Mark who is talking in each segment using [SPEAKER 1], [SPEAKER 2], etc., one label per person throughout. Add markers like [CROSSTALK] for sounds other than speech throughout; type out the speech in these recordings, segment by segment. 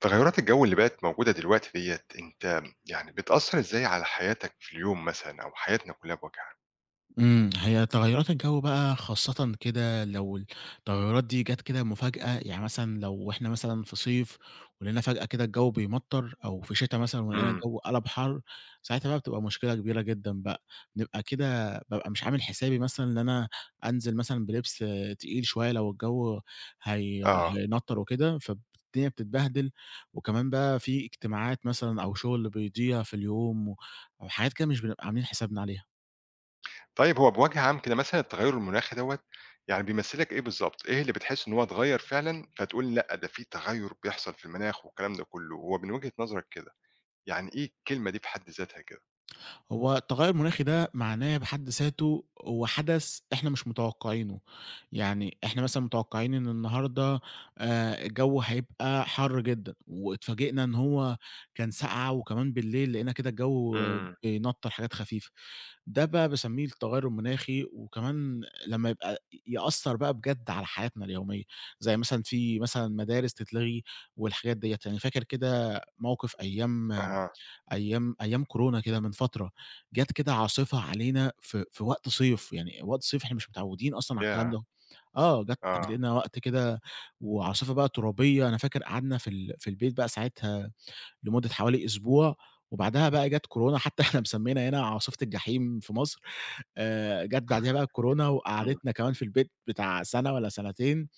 [SPEAKER 1] تغيرات الجو اللي بقت موجودة دلوقتي ديّة، أنت يعني بتأثّر إزاي على حياتك في اليوم مثلًا أو حياتنا كلّها بوجه عام؟
[SPEAKER 2] هي تغيُّرات الجو بقى، خاصةً كده لو التغيُّرات دي جات كده مفاجأة. يعني مثلًا لو إحنا مثلًا في صيف ولقينا فجأة كده الجو بيمطّر، أو في شتا مثلًا ولقينا
[SPEAKER 1] إمم،
[SPEAKER 2] الجو قلَب حَر، ساعتها بقى بتبقى مشكلة كبيرة جدًا بقى. بنبقى كده بابقى مش عامل حسابي مثلًا إن أنا أنزِل مثلًا بلبس تقيل شوية لو الجو هي
[SPEAKER 1] آه،
[SPEAKER 2] هيمطّر وكده، فالدنيا بتتبهدل، وكمان بقى في اجتماعات مثلًا أو شُغل بيضيع في اليوم، أو حاجات كده مش بنبقى عاملين حسابنا عليها.
[SPEAKER 1] طيب هو بوجه عام كده مثلًا التغيُّر المناخي دوّة يعني بيمثّل لك إيه بالضبط؟ إيه اللي بتحس إن هو اتغيّر فعلًا، فتقول لأ ده في تغيُّر بيحصل في المناخ والكلام ده كلّه، هو من وجهة نظرك كده، يعني إيه الكلمة دي في حد ذاتها كده؟
[SPEAKER 2] هو التغير المناخي ده معناه بحد ذاته هو حدث احنا مش متوقعينه، يعني احنا مثلا متوقعين ان النهارده الجو هيبقى حر جدا، واتفاجئنا ان هو كان ساقعه، وكمان بالليل لقينا كده الجو
[SPEAKER 1] إمم.
[SPEAKER 2] بينطر حاجات خفيفه. ده بقى بسميه التغير المناخي. وكمان لما يبقى يأثر بقى بجد على حياتنا اليوميه، زي مثلا في مدارس تتلغي والحاجات ديت. يعني فاكر كده موقف ايام
[SPEAKER 1] أها،
[SPEAKER 2] كورونا كده من فتره، جات كده عاصفة علينا في وقت صيف، يعني وقت صيف إحنا مش متعودين أصلًا على الكلام
[SPEAKER 1] ياه!
[SPEAKER 2] ده. جات
[SPEAKER 1] آه.
[SPEAKER 2] علينا وقت كده وعاصفة بقى ترابية. أنا فاكر قعدنا في البيت بقى ساعتها لمدة حوالي أسبوع، وبعدها بقى جات كورونا [LAUGHS] حتى إحنا مسمينا هنا عاصفة الجحيم في مصر. جات بعديها بقى الكورونا وقعدتنا كمان في البيت بتاع سَنة والّا سنتين.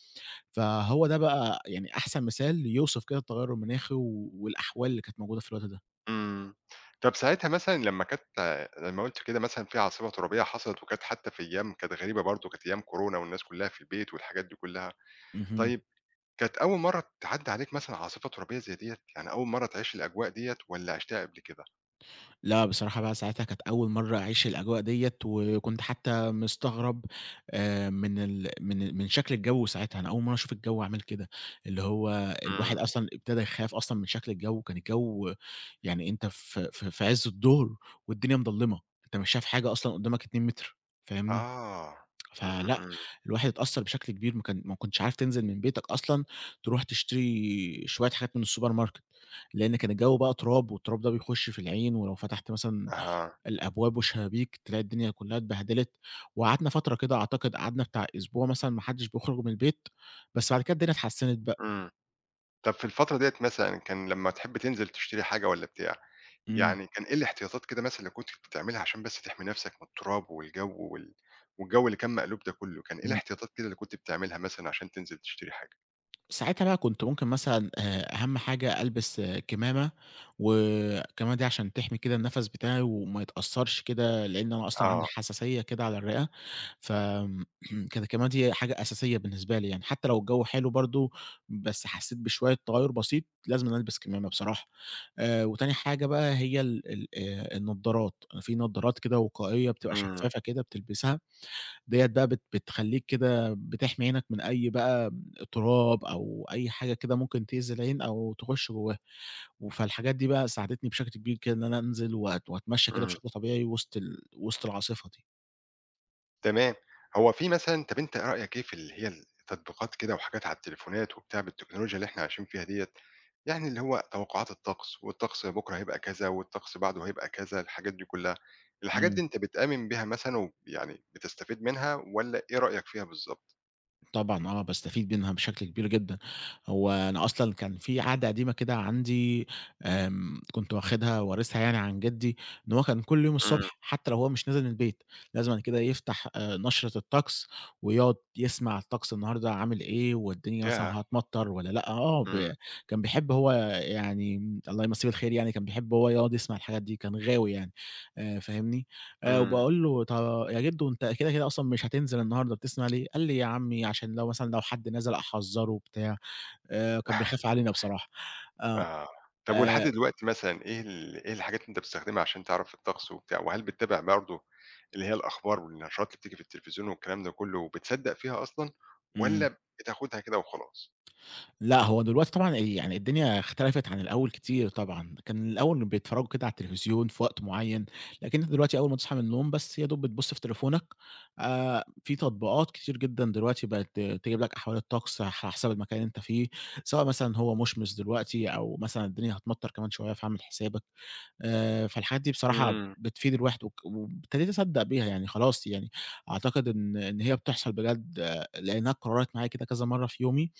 [SPEAKER 2] فهو ده بقى يعني أحسن مثال يوصف كده التغيُّر المناخي والأحوال اللي كانت موجودة في الوقت ده.
[SPEAKER 1] إمم. طب ساعتها مثلًا لمّا قُلت كده مثلًا في عاصفة ترابية حصلت وكانت حتى في أيام كانت غريبة برضه، كانت أيام كورونا والناس كلّها في البيت والحاجات دي كلّها،
[SPEAKER 2] اهم.
[SPEAKER 1] طيب كانت أول مرّة تعدّي عليك مثلًا عاصفة ترابية زي ديّة؟ يعني أول مرّة تعيش الأجواء ديّة والّا عِشتها قبل كده؟
[SPEAKER 2] لأ، بصراحة بقى ساعتها كانت أول مرّة أعيش الأجواء ديّة، وكنت حتى مستغرب من ال من من شكل الجو ساعتها. أنا أول مرّة أشوف الجو عامل كده، اللي هو الواحد
[SPEAKER 1] إمم.
[SPEAKER 2] أصلًا ابتدى يخاف أصلًا من شكل الجو. كان الجو، يعني أنت في عِز الضُهر والدنيا مضلِّمة، أنت مش شايف حاجة أصلًا قدّامك 2 متر، فاهمني؟
[SPEAKER 1] آه. إمم،
[SPEAKER 2] فلأ،
[SPEAKER 1] إمم.
[SPEAKER 2] الواحد اتأثّر بشكل كبير. ما كنتش عارف تنزل من بيتك أصلًا تروح تشتري شوية حاجات من السوبر ماركت، لإن كان الجو بقى تراب، والتراب ده بيخش في العين. ولو فتحت مثلًا
[SPEAKER 1] أها.
[SPEAKER 2] الأبواب والشبابيك، تلاقي الدنيا كلّها اتبهدلِت. وقعدنا فترة كده، أعتقد قعدنا بتاع أسبوع مثلًا، ما حدّش بيخرج من البيت، بس بعد كده الدنيا اتحسّنت بقى.
[SPEAKER 1] إمم. طب في الفترة ديّة مثلًا كان لمّا تحب تنزل تشتري حاجة والّا بتاع
[SPEAKER 2] إمم.
[SPEAKER 1] يعني كان إيه الاحتياطات كده مثلًا اللي كنتِ بتعمليها عشان بس تحمي نفسك من التراب والجو والجو اللي كان مقلوب ده كله، كان إيه الاحتياطات كده اللي كنتِ بتعمليها مثلًا عشان تنزل تشتري حاجة؟
[SPEAKER 2] ساعتها بقى كنت ممكن مثلًا أهم حاجة ألبس كمامة، والكمامة دي عشان تحمي كده النَفَس بتاعي وما يتأثّرش كده، لإن أنا أصلًا عندي
[SPEAKER 1] آه،
[SPEAKER 2] حساسية كده على الرئة. ف [CLEARS THROAT] كانت الكمامة دي حاجة أساسية بالنسبة لي يعني، حتى لو الجو حلو برضه، بس حسّيت بشوية تغيُّر بسيط لازمًا ألبس كمامة بصراحة. وتاني حاجة بقى هي ال ال النضّارات. أنا في نضّارات كده وقائية بتبقى
[SPEAKER 1] إمم،
[SPEAKER 2] شفّافة كده بتلبسها. ديّة بقى بتخلّيك كده، بتحمي عينك من أي بقى تراب أو أي حاجة كده ممكن تأذي العين أو تخُش جواها. فالحاجات دي بقى ساعدتني بشكل كبير كده إن أنا أنزل وأتمشّى كده
[SPEAKER 1] إمم،
[SPEAKER 2] بشكل طبيعي وسط العاصفة دي.
[SPEAKER 1] تمام. هو في مثلًا طب أنت رأيك إيه في اللي هي التطبيقات كده وحاجات على التليفونات وبتاع بالتكنولوجيا اللي إحنا عايشين فيها ديّة، يعني اللي هو توقعات الطقس، والطقس بكرة هيبقى كذا، والطقس بعده هيبقى كذا، الحاجات دي كلها، الحاجات دي
[SPEAKER 2] إمم.
[SPEAKER 1] أنت بتآمن بيها مثلًا ويعني بتستفيد منها والّا إيه رأيك فيها بالضبط؟
[SPEAKER 2] طبعًا آه، باستفيد منها بشكل كبير جدًا. هو أنا أصلًا كان في عادة قديمة كده عندي، كنت واخدها وارثها يعني عن جدي، إن هو كان كل يوم
[SPEAKER 1] إمم،
[SPEAKER 2] الصبح حتى لو هو مش نازل من البيت، لازمًا كده يفتح نشرة الطقس، ويقعد يسمع الطقس النهارده عامل إيه، والدنيا مثلًا
[SPEAKER 1] ياه!
[SPEAKER 2] هتمطر والّا لأ. آه،
[SPEAKER 1] إمم.
[SPEAKER 2] ب كان بيحب هو، يعني الله يمسيه بالخير يعني، كان بيحب هو يقعد يسمع الحاجات دي، كان غاوي يعني، فاهمني؟
[SPEAKER 1] إمم.
[SPEAKER 2] وباقول له يا جدو أنت كده، كده أصلًا مش هتنزل النهارده، بتسمع ليه؟ قال لي: "يا عمي عشان لو مثلًا لو حد نزل أحذّره بتاع." كان بيخاف
[SPEAKER 1] [LAUGHS]
[SPEAKER 2] علينا بصراحة. آه.
[SPEAKER 1] آه. طب
[SPEAKER 2] آآ
[SPEAKER 1] ولحد دلوقتي مثلًا إيه الحاجات اللي أنت بتستخدمها عشان تعرف الطقس وبتاع؟ وهل بتتابع برضه اللي هي الأخبار والنشرات اللي بتيجي في التلفزيون والكلام ده كُلّه وبتصدّق فيها أصلًا
[SPEAKER 2] إمم.
[SPEAKER 1] والّا بتاخدها كده وخلاص؟
[SPEAKER 2] لأ، هو دلوقتي طبعًا يعني الدنيا اختلفت عن الأول كتير طبعًا. كان الأول بيتفرّجوا كده على التلفزيون في وقت معيّن، لكن أنت دلوقتي أول ما تصحى من النوم بس يا دوب بتبُص في تليفونك. في تطبيقات كتير جدًا دلوقتي بقت تجيب لك أحوال الطقس على حسب المكان اللي أنت فيه، سواء مثلًا هو مُشمِس دلوقتي أو مثلًا الدنيا هتمطَّر كمان شوية فاعمل حسابك. فالحاجات دي بصراحة
[SPEAKER 1] إمم.
[SPEAKER 2] بتفيد الواحد، وابتديت أصدّق بيها يعني خلاص يعني. أعتقد إن هي بتحصل بجد لإنها اتكرّرت معايا كده كذا مرّة في يومي،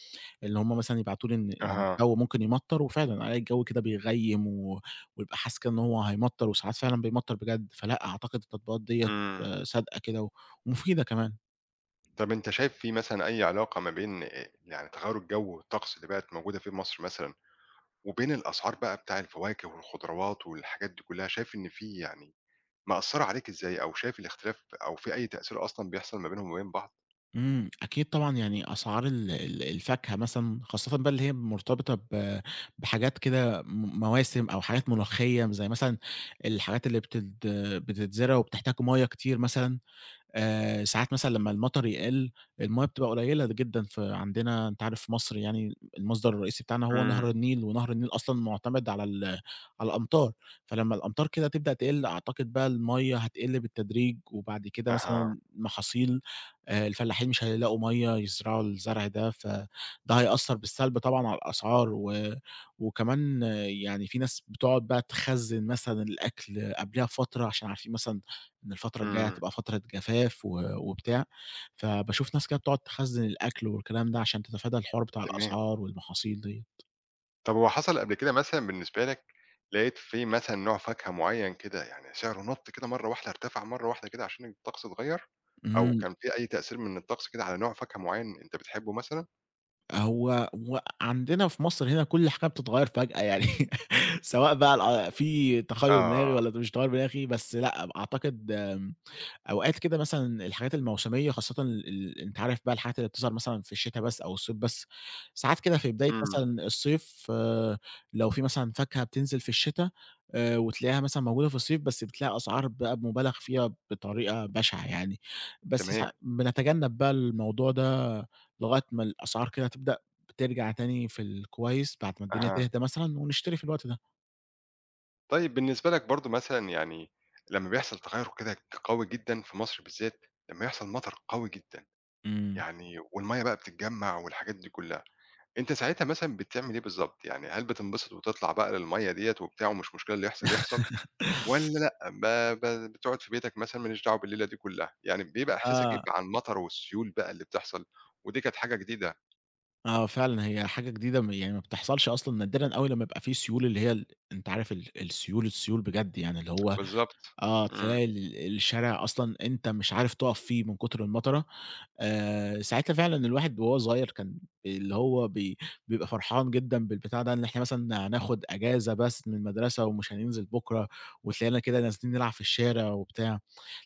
[SPEAKER 2] اللي هم مثلًا يبعتوا لي إن
[SPEAKER 1] أها.
[SPEAKER 2] الجو ممكن يمطّر، وفعلًا ألاقي الجو كده بيغيّم، و ويبقى حاسس كده إن هو هيمطّر، وساعات فعلًا بيمطّر بجد. فلأ، أعتقد التطبيقات ديّة
[SPEAKER 1] إمم.
[SPEAKER 2] صادقة كده و ومفيدة كمان.
[SPEAKER 1] طب أنت شايف في مثلًا أي علاقة ما بين يعني تغيُّر الجو والطقس اللي بقت موجودة في مصر مثلًا وبين الأسعار بقى بتاع الفواكه والخضروات والحاجات دي كُلّها، شايف إن في يعني مأثّرة عليك إزاي أو شايف الاختلاف أو في أي تأثير أصلًا بيحصل ما بينهم وما بين بعض؟
[SPEAKER 2] إمم، أكيد طبعًا، يعني أسعار ال ال الفاكهة مثلًا، خاصةً بقى اللي هي مرتبطة بحاجات كده مواسم أو حاجات مناخية، زي مثلًا الحاجات اللي بتتزرع وبتحتاج مَيّة كتير مثلًا. ساعات مثلًا لمّا المطر يقِل، المَيّة بتبقى قليّلة جدًا. ف عندنا أنت عارف في مصر، يعني المصدر الرئيسي بتاعنا هو
[SPEAKER 1] إمم،
[SPEAKER 2] نهر النيل، ونهر النيل أصلًا مُعتمد على الأمطار. فلمّا الأمطار كده تبدأ تقِل، أعتقد بقى المَيّة هتقِل بالتدريج، وبعد كده
[SPEAKER 1] أها،
[SPEAKER 2] مثلًا المحاصيل، الفلاحين مش هيلاقوا مَيّة يزرعوا الزرع ده، فده هيأثّر بالسلب طبعًا على الأسعار. وكمان آه، يعني في ناس بتقعد بقى تخزّن مثلًا الأكل قبلها بفترة عشان عارفين مثلًا إن الفترة الجاية
[SPEAKER 1] إمم،
[SPEAKER 2] هتبقى فترة جفاف و وبتاع. فباشوف ناس كده بتقعد تخزّن الأكل والكلام ده عشان تتفادى الحوار بتاع
[SPEAKER 1] تمام.
[SPEAKER 2] الأسعار والمحاصيل ديّة.
[SPEAKER 1] طب هو حصل قبل كده مثلًا بالنسبة لك، لقيت في مثلًا نوع فاكهة معيّن كده يعني سعره نَط كده مرّة واحدة، ارتفع مرّة واحدة كده عشان الطقس اتغيّر؟ أو
[SPEAKER 2] إمم،
[SPEAKER 1] كان في أي تأثير من الطقس كده على نوع فاكهة معيّن أنت بتحبه مثلًا؟
[SPEAKER 2] هو عندنا في مصر هنا كل حاجة بتتغيّر فجأة يعني [LAUGHS] سواء بقى في تخيُّل مناخي
[SPEAKER 1] آه،
[SPEAKER 2] والّا ده مش تغيُّر مناخي، بس لأ، أعتقد أوقات كده مثلًا الحاجات الموسمية، خاصةً ال ال أنت عارف بقى الحاجات اللي بتظهر مثلًا في الشتا بس أو الصيف بس. ساعات كده في بداية
[SPEAKER 1] إمم،
[SPEAKER 2] مثلًا الصيف، لو في مثلًا فاكهة بتنزل في الشتا، وتلاقيها مثلًا موجودة في الصيف بس، بتلاقي أسعار بقى مبالغ فيها بطريقة بشعة يعني. بس
[SPEAKER 1] تمام،
[SPEAKER 2] ساع بنتجنب بقى الموضوع ده لغاية ما الأسعار كده تبدأ بترجع تاني في الكويس بعد ما الدنيا
[SPEAKER 1] أها.
[SPEAKER 2] تهدى مثلًا، ونشتري في الوقت ده.
[SPEAKER 1] طيب بالنسبة لك برضه مثلًا يعني لمّا بيحصل تغيُّر كده قوي جدًا في مصر بالذات، لمّا يحصل مطر قوي جدًا،
[SPEAKER 2] إمم.
[SPEAKER 1] يعني والمَيّة بقى بتتجمّع والحاجات دي كلّها. أنت ساعتها مثلًا بتعمل إيه بالضبط؟ يعني هل بتنبسط وتطلع بقى للمَيّة ديّة وبتاع ومش مشكلة اللي يحصل يحصل، والّا لأ ب ب بتقعد في بيتك مثلًا ما ليش دعوة بالليلة دي كلّها، يعني بيبقى إحساسك إيه
[SPEAKER 2] آه.
[SPEAKER 1] مع المطر والسيول بقى اللي بتحصل، ودي كانت حاجة جديدة؟
[SPEAKER 2] آه، فعلًا هي حاجة جديدة، يعني ما بتحصلش أصلًا، نادرًا أوي لمّا يبقى في سيول اللي هي أنت عارف السيول. السيول بجد يعني اللي هو
[SPEAKER 1] بالضبط،
[SPEAKER 2] آه،
[SPEAKER 1] إمم،
[SPEAKER 2] تلاقي الشارع أصلًا أنت مش عارف تُقف فيه من كتر المطرة. ساعتها فعلًا الواحد وهو صغير كان اللي هو بي بيبقى فرحان جدًا بالبتاع ده، إن إحنا مثلًا هناخد أجازة بس من المدرسة ومش هننزل بُكرة، وتلاقينا كده نازلين نلعب في الشارع وبتاع.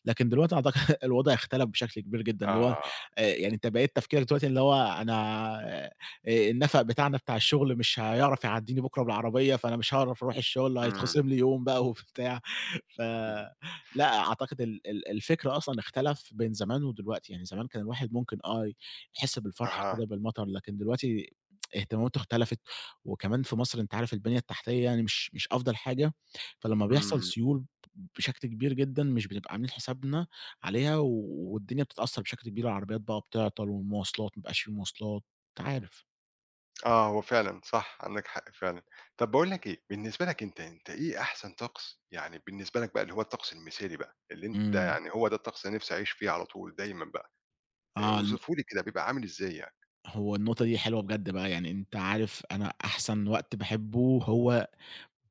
[SPEAKER 2] لكن دلوقتي أعتقد [LAUGHS] الوضع اختلف بشكل كبير جدًا، اللي هو
[SPEAKER 1] آه،
[SPEAKER 2] يعني أنت بقيت تفكيرك دلوقتي اللي هو أنا، آآ، النفق بتاعنا بتاع الشغل مش هيعرف يعدّيني بُكرة بالعربية، فأنا مش هاعرف أروح الشغل،
[SPEAKER 1] إمم،
[SPEAKER 2] هيتخصم لي يوم بقى وبتاع. ف
[SPEAKER 1] اهم،
[SPEAKER 2] لأ، أعتقد ال ال الفكر أصلًا اختلف بين زمان ودلوقتي. يعني زمان كان الواحد ممكن آه، يحس بالفرحة
[SPEAKER 1] أها،
[SPEAKER 2] كده بالمطر، لكن دلوقتي اهتماماته اختلفت. وكمان في مصر أنت عارف البنية التحتية يعني مش أفضل حاجة. فلمّا بيحصل
[SPEAKER 1] إمم،
[SPEAKER 2] سيول بشكل كبير جدًا مش بنبقى عاملين حسابنا عليها، والدنيا بتتأثر بشكل كبير، العربيات بقى بتعطل، والمواصلات ما بقاش في مواصلات، أنت عارف.
[SPEAKER 1] آه هو فعلًا صح عندك حق فعلًا. طب باقول لك إيه، بالنسبة لك أنت، أنت إيه أحسن طقس يعني بالنسبة لك بقى اللي هو الطقس المثالي بقى، اللي أنت
[SPEAKER 2] إمم.
[SPEAKER 1] يعني هو ده الطقس اللي أنا نفسي أعيش فيه على طول دايمًا بقى؟
[SPEAKER 2] آه، الن
[SPEAKER 1] اوصفه لي كده بيبقى عامل إزاي يعني؟
[SPEAKER 2] هو النقطة دي حلوة بجد بقى، يعني أنت عارف أنا أحسن وقت باحبه هو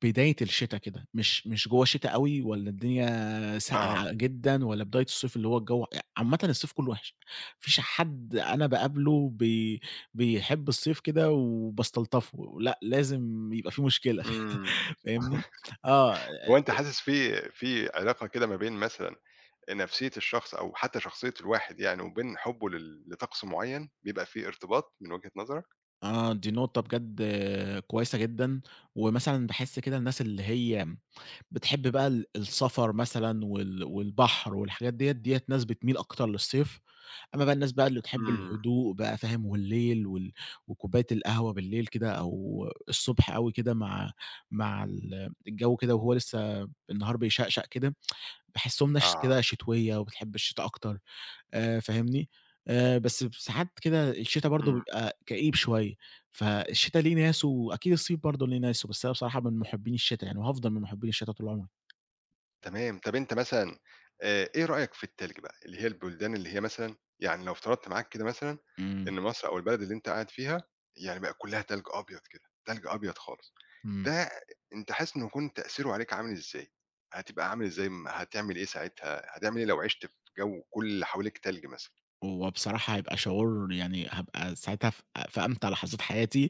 [SPEAKER 2] بداية الشتا كده، مش جوّه الشتا أوي والّا الدنيا ساقعة
[SPEAKER 1] آه.
[SPEAKER 2] جدًا والّا بداية الصيف، اللي هو الجو عامةً الصيف كُلّه وِحِش. ما فيش حد أنا باقابله بيحب الصيف كده وباستلطفه، لأ لازم يبقى في مشكلة
[SPEAKER 1] إمم.
[SPEAKER 2] [LAUGHS] فاهمني؟ آه.
[SPEAKER 1] هو أنت حاسس في في علاقة كده ما بين مثلًا نفسية الشخص أو حتى شخصية الواحد يعني وبين حُبّه لطقس معيّن، بيبقى في ارتباط من وجهة نظرك؟
[SPEAKER 2] آه، دي نقطة بجد كويسة جدًا. ومثلًا باحس كده الناس اللي هي بتحب بقى السفر مثلًا والبحر والحاجات ديّة، ديّة ناس بتميل أكتر للصيف. أمّا بقى الناس بقى اللي تحب
[SPEAKER 1] إمم.
[SPEAKER 2] الهدوء بقى، فاهم، والليل وكوباية القهوة بالليل كده أو الصبح أوي كده مع مع الجو كده وهو لسه النهار بيشقشق كده، باحسّهم ناس
[SPEAKER 1] آه.
[SPEAKER 2] كده شتوية وبتحب الشتا أكتر، فاهمني، بس ب ساعات كده الشتا برضه
[SPEAKER 1] إمم.
[SPEAKER 2] بيبقى كئيب شوية. فالشتا ليه ناسه وأكيد الصيف برضه ليه ناسه، بس أنا بصراحة من مُحبّين الشتا يعني، وهافضل من مُحبّين الشتا طول عمري.
[SPEAKER 1] تمام. طب أنت مثلًا إيه رأيك في التلج بقى، اللي هي البلدان اللي هي مثلًا يعني لو افترضت معاك كده مثلًا إن
[SPEAKER 2] إمم،
[SPEAKER 1] مصر أو البلد اللي أنت قاعد فيها يعني بقى كلّها تلج أبيض كده، تلج أبيض خالص،
[SPEAKER 2] إمم،
[SPEAKER 1] ده أنت حاسس إنه هيكون تأثيره عليك عامل إزاي؟ هتبقى عامل إزاي م هتعمل إيه ساعتها، هتعمل إيه لو عِشت في جو كل اللي حواليك تلج مثلًا؟
[SPEAKER 2] هو بصراحة هيبقى شعور، يعني هابقى ساعتها في أمتع لحظات حياتي.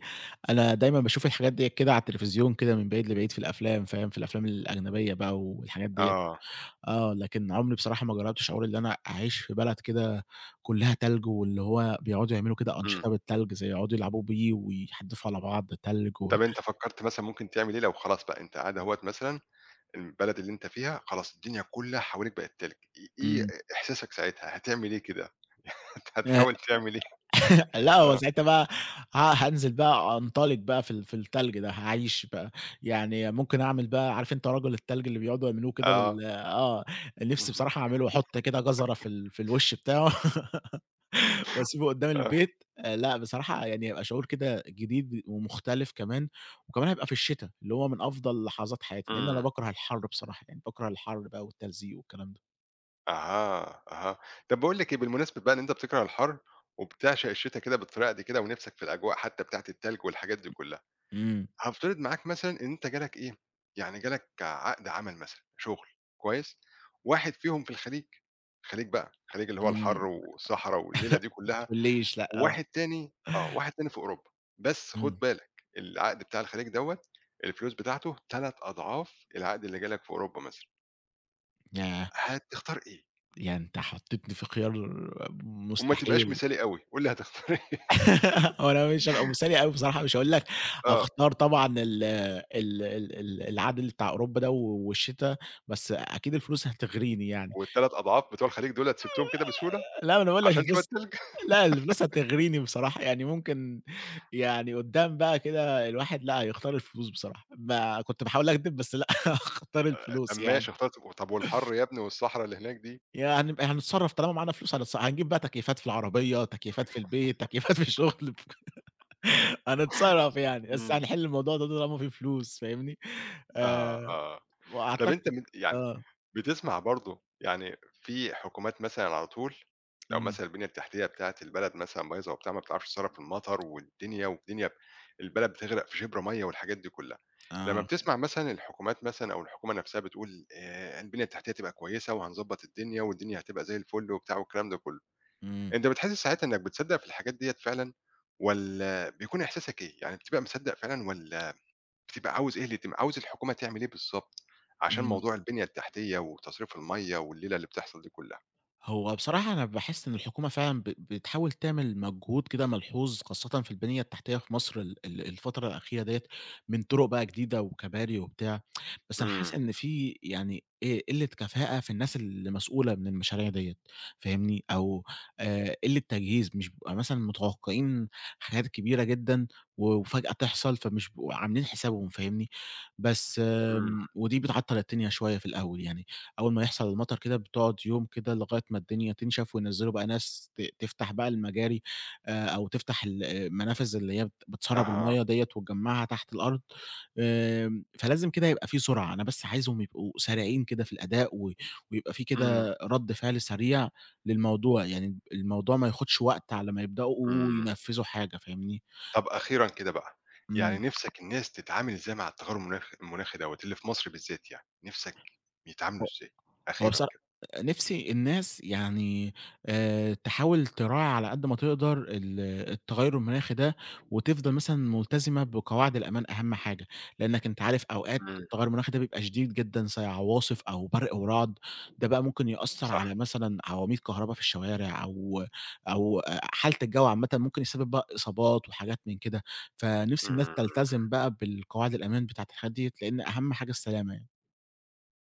[SPEAKER 2] أنا دايمًا باشوف الحاجات ديّة كده على التلفزيون كده من بعيد لبعيد في الأفلام، فاهم، في الأفلام الأجنبية بقى والحاجات ديّة.
[SPEAKER 1] آه،
[SPEAKER 2] آه، لكن عمري بصراحة ما جرّبت شعور اللي أنا أعيش في بلد كده كلّها تلج، واللي هو بيقعدوا يعملوا كده
[SPEAKER 1] إمم.
[SPEAKER 2] أنشطة بالتلج زي يقعدوا يلعبوا بيه ويحدفوا على بعض تلج و.
[SPEAKER 1] طب أنت فكّرت مثلًا ممكن تعمل إيه لو خلاص بقى أنت قاعد أهوّة مثلًا البلد اللي أنت فيها خلاص الدنيا كلّها حواليك بقت تلج، إيه
[SPEAKER 2] إمم.
[SPEAKER 1] إحساسك ساعتها، هتعمل إيه كده؟ [LAUGHS] هتحاول تعمل إيه؟
[SPEAKER 2] [LAUGHS] لأ،
[SPEAKER 1] [LAUGHS]
[SPEAKER 2] هو
[SPEAKER 1] آه،
[SPEAKER 2] ساعتها بقى هانزل بقى أنطلق بقى في التلج ده، هاعيش بقى. يعني ممكن أعمل بقى عارف أنت رجل التلج اللي بيقعدوا يعملوه كده
[SPEAKER 1] آه،
[SPEAKER 2] بال آه، نفسي
[SPEAKER 1] اهم،
[SPEAKER 2] بصراحة أعمله وأحط كده جزرة في الوش بتاعه [LAUGHS] وأسيبه قدّام
[SPEAKER 1] آه،
[SPEAKER 2] البيت. لأ بصراحة يعني هيبقى شعور كده جديد ومختلف كمان، وكمان هيبقى في الشتا اللي هو من أفضل لحظات حياتي، لإن أنا
[SPEAKER 1] إمم،
[SPEAKER 2] باكره الحر بصراحة، يعني باكره الحر بقى والتلزيق والكلام ده.
[SPEAKER 1] أها، أها. طب باقول لك إيه، بالمناسبة بقى إن أنت بتكره الحَر وبتعشق الشتا كده بالطريقة دي كده ونِفْسك في الأجواء حتى بتاعة التلج والحاجات دي كلّها،
[SPEAKER 2] إمم،
[SPEAKER 1] هافترض معاك مثلًا إن أنت جالك إيه، يعني جالك عقد عمل مثلًا، شُغل كويس، واحد فيهم في الخليج، الخليج بقى، الخليج اللي هو
[SPEAKER 2] إمم،
[SPEAKER 1] الحَر والصحرا والليلة دي
[SPEAKER 2] [LAUGHS] ما
[SPEAKER 1] كلّها
[SPEAKER 2] تقوليش لأ، آه،
[SPEAKER 1] وواحد تاني آه، واحد تاني في أوروبا، بس خُد
[SPEAKER 2] إمم،
[SPEAKER 1] بالك العقد بتاع الخليج دوّة الفلوس بتاعته 3 أضعاف العقد اللي جالك في أوروبا مثلًا،
[SPEAKER 2] ياه!
[SPEAKER 1] هتختار إيه؟
[SPEAKER 2] يعني أنت حطيتني في خيار
[SPEAKER 1] وما تبقاش
[SPEAKER 2] مستحيل.
[SPEAKER 1] مثالي أوي، قُل لي هتختار إيه؟ [LAUGHS]
[SPEAKER 2] [LAUGHS] وأنا مش هابقى مثالي أوي بصراحة، مش هاقول لك،
[SPEAKER 1] آه،
[SPEAKER 2] هاختار طبعًا ال العدل بتاع أوروبا ده و والشتا، بس أكيد الفلوس هتغريني يعني.
[SPEAKER 1] وال3 أضعاف بتوع الخليج دُولة سِبتهم كده بسهولة
[SPEAKER 2] لأ، ما أنا باقول لك
[SPEAKER 1] عشان شوية
[SPEAKER 2] الفلوس،
[SPEAKER 1] تلج؟ [LAUGHS]
[SPEAKER 2] لأ، الفلوس هتغريني بصراحة، يعني ممكن يعني، قدّام بقى كده الواحد لأ، هيختار الفلوس بصراحة. ما كنت باحاول أكدب بس لأ [LAUGHS] هاختار
[SPEAKER 1] طَب
[SPEAKER 2] الفلوس يعني.
[SPEAKER 1] ماشي اخترت طَب والحَر يا ابني والصحرا اللي هناك دي؟
[SPEAKER 2] يعني هنتصرّف طالما معانا فلوس، هنجيب بقى تكييفات في العربية، تكييفات في البيت، تكييفات في الشغل. [LAUGHS] هنتصرّف يعني، بس
[SPEAKER 1] إمم.
[SPEAKER 2] هنحل الموضوع ده طالما في فلوس، فاهمني؟
[SPEAKER 1] آه،
[SPEAKER 2] آآ
[SPEAKER 1] آه. طب أنت
[SPEAKER 2] وأعتقد
[SPEAKER 1] من يعني
[SPEAKER 2] آه.
[SPEAKER 1] بتسمع برضه يعني في حكومات مثلًا على طول لو
[SPEAKER 2] إمم.
[SPEAKER 1] مثلًا البنية التحتية بتاعة البلد مثلًا بايظة وبتاع، ما بتعرفش تتصرّف في المطر والدنيا والدنيا البلد بتغرق في شِبر مَيّة والحاجات دي كلّها، لمّا
[SPEAKER 2] آه.
[SPEAKER 1] بتسمع مثلًا الحكومات مثلًا أو الحكومة نفسها بتقول البنية التحتية تبقى كويسة وهنضبّط الدنيا والدنيا هتبقى زي الفل وبتاع والكلام ده كلّه،
[SPEAKER 2] إمم.
[SPEAKER 1] أنت بتحس ساعتها إنّك بتصدّق في الحاجات ديّة فعلًا والّا بيكون إحساسك إيه؟ يعني بتبقى مصدّق فعلًا والّا بتبقى عاوز إيه اللي تم عاوز الحكومة تعمل إيه بالضبط، عشان
[SPEAKER 2] إمم.
[SPEAKER 1] موضوع البنية التحتية وتصريف المَيّة والليلة اللي بتحصل دي كلّها.
[SPEAKER 2] هو بصراحة أنا باحس إن الحكومة فعلًا بتحاول تعمل مجهود كده ملحوظ خاصةً في البنية التحتية في مصر ال ال الفترة الأخيرة ديّة، من طرق بقى جديدة وكباري وبتاع. بس أنا حاسس
[SPEAKER 1] إمم،
[SPEAKER 2] إن في يعني إيه، قلة كفاءة في الناس اللي مسؤولة من المشاريع ديّة، فاهمني؟ أو قلة تجهيز، مش بيبقى مثلًا متوقعين حاجات كبيرة جدًا وفجأة تحصل، فمش بيبقوا عاملين حسابهم، فاهمني؟ بس
[SPEAKER 1] إمم،
[SPEAKER 2] ودي بتعطّل الدنيا شوية في الأول يعني. أول ما يحصل المطر كده بتقعد يوم كده لغاية ما الدنيا تنشف وينزّلوا بقى ناس تفتح بقى المجاري، أو تفتح المنافذ اللي هي بتسرّب
[SPEAKER 1] أها،
[SPEAKER 2] المَيّة ديّة وتجمّعها تحت الأرض. فلازم كده يبقى في سرعة، أنا بس عايزهم يبقوا سريعين كده في الأداء، و ويبقى في
[SPEAKER 1] إمم،
[SPEAKER 2] كده رَد فعل سريع للموضوع، يعني الموضوع ما ياخدش وقت على ما يبدؤوا
[SPEAKER 1] إمم.
[SPEAKER 2] ينفّذوا حاجة، فاهمني؟
[SPEAKER 1] طب أخيرًا كده بقى، يعني
[SPEAKER 2] إمم.
[SPEAKER 1] نِفْسك الناس تتعامل إزاي مع التغيُّر المناخي دوّة اللي في مصر بالذات يعني، نِفْسك يتعاملوا إزاي؟
[SPEAKER 2] هو
[SPEAKER 1] أخيرًا
[SPEAKER 2] بصرا
[SPEAKER 1] كده.
[SPEAKER 2] نِفْسي الناس يعني تحاول تراعي على قد ما تقدر التغيُّر المناخي ده، وتفضل مثلًا ملتزمة بقواعد الأمان أهم حاجة. لإنّك أنت عارف أوقات
[SPEAKER 1] إمم،
[SPEAKER 2] التغيُّر المناخي ده بيبقى شديد جدًا زي عواصف أو برْق ورعد، ده بقى ممكن يأثّر
[SPEAKER 1] صح،
[SPEAKER 2] على مثلًا عواميد كهربا في الشوارع، أو أو حالة الجو عامةً ممكن يسبب بقى إصابات وحاجات من كده. فنِفْسي الناس
[SPEAKER 1] إمم.
[SPEAKER 2] تلتزم بقى بالقواعد الأمان بتاعة الحاجات ديّة، لإن أهم حاجة السلامة يعني.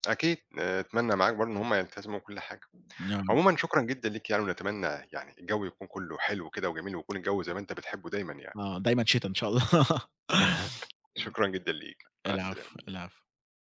[SPEAKER 1] أكيد أتمنى معاك برضه إن هم يلتزموا بكل حاجة.
[SPEAKER 2] آه،
[SPEAKER 1] عمومًا شكرًا جدًا ليك يعني ونتمنى يعني الجو يكون كُلّه حلو كده وجميل ويكون الجو زي ما أنت بتحبّه دايمًا يعني.
[SPEAKER 2] آه، دايمًا شتا إن شاء الله. [LAUGHS]
[SPEAKER 1] [LAUGHS] شكرًا جدًا ليك، مع
[SPEAKER 2] العفو،
[SPEAKER 1] السلامة.
[SPEAKER 2] العفو.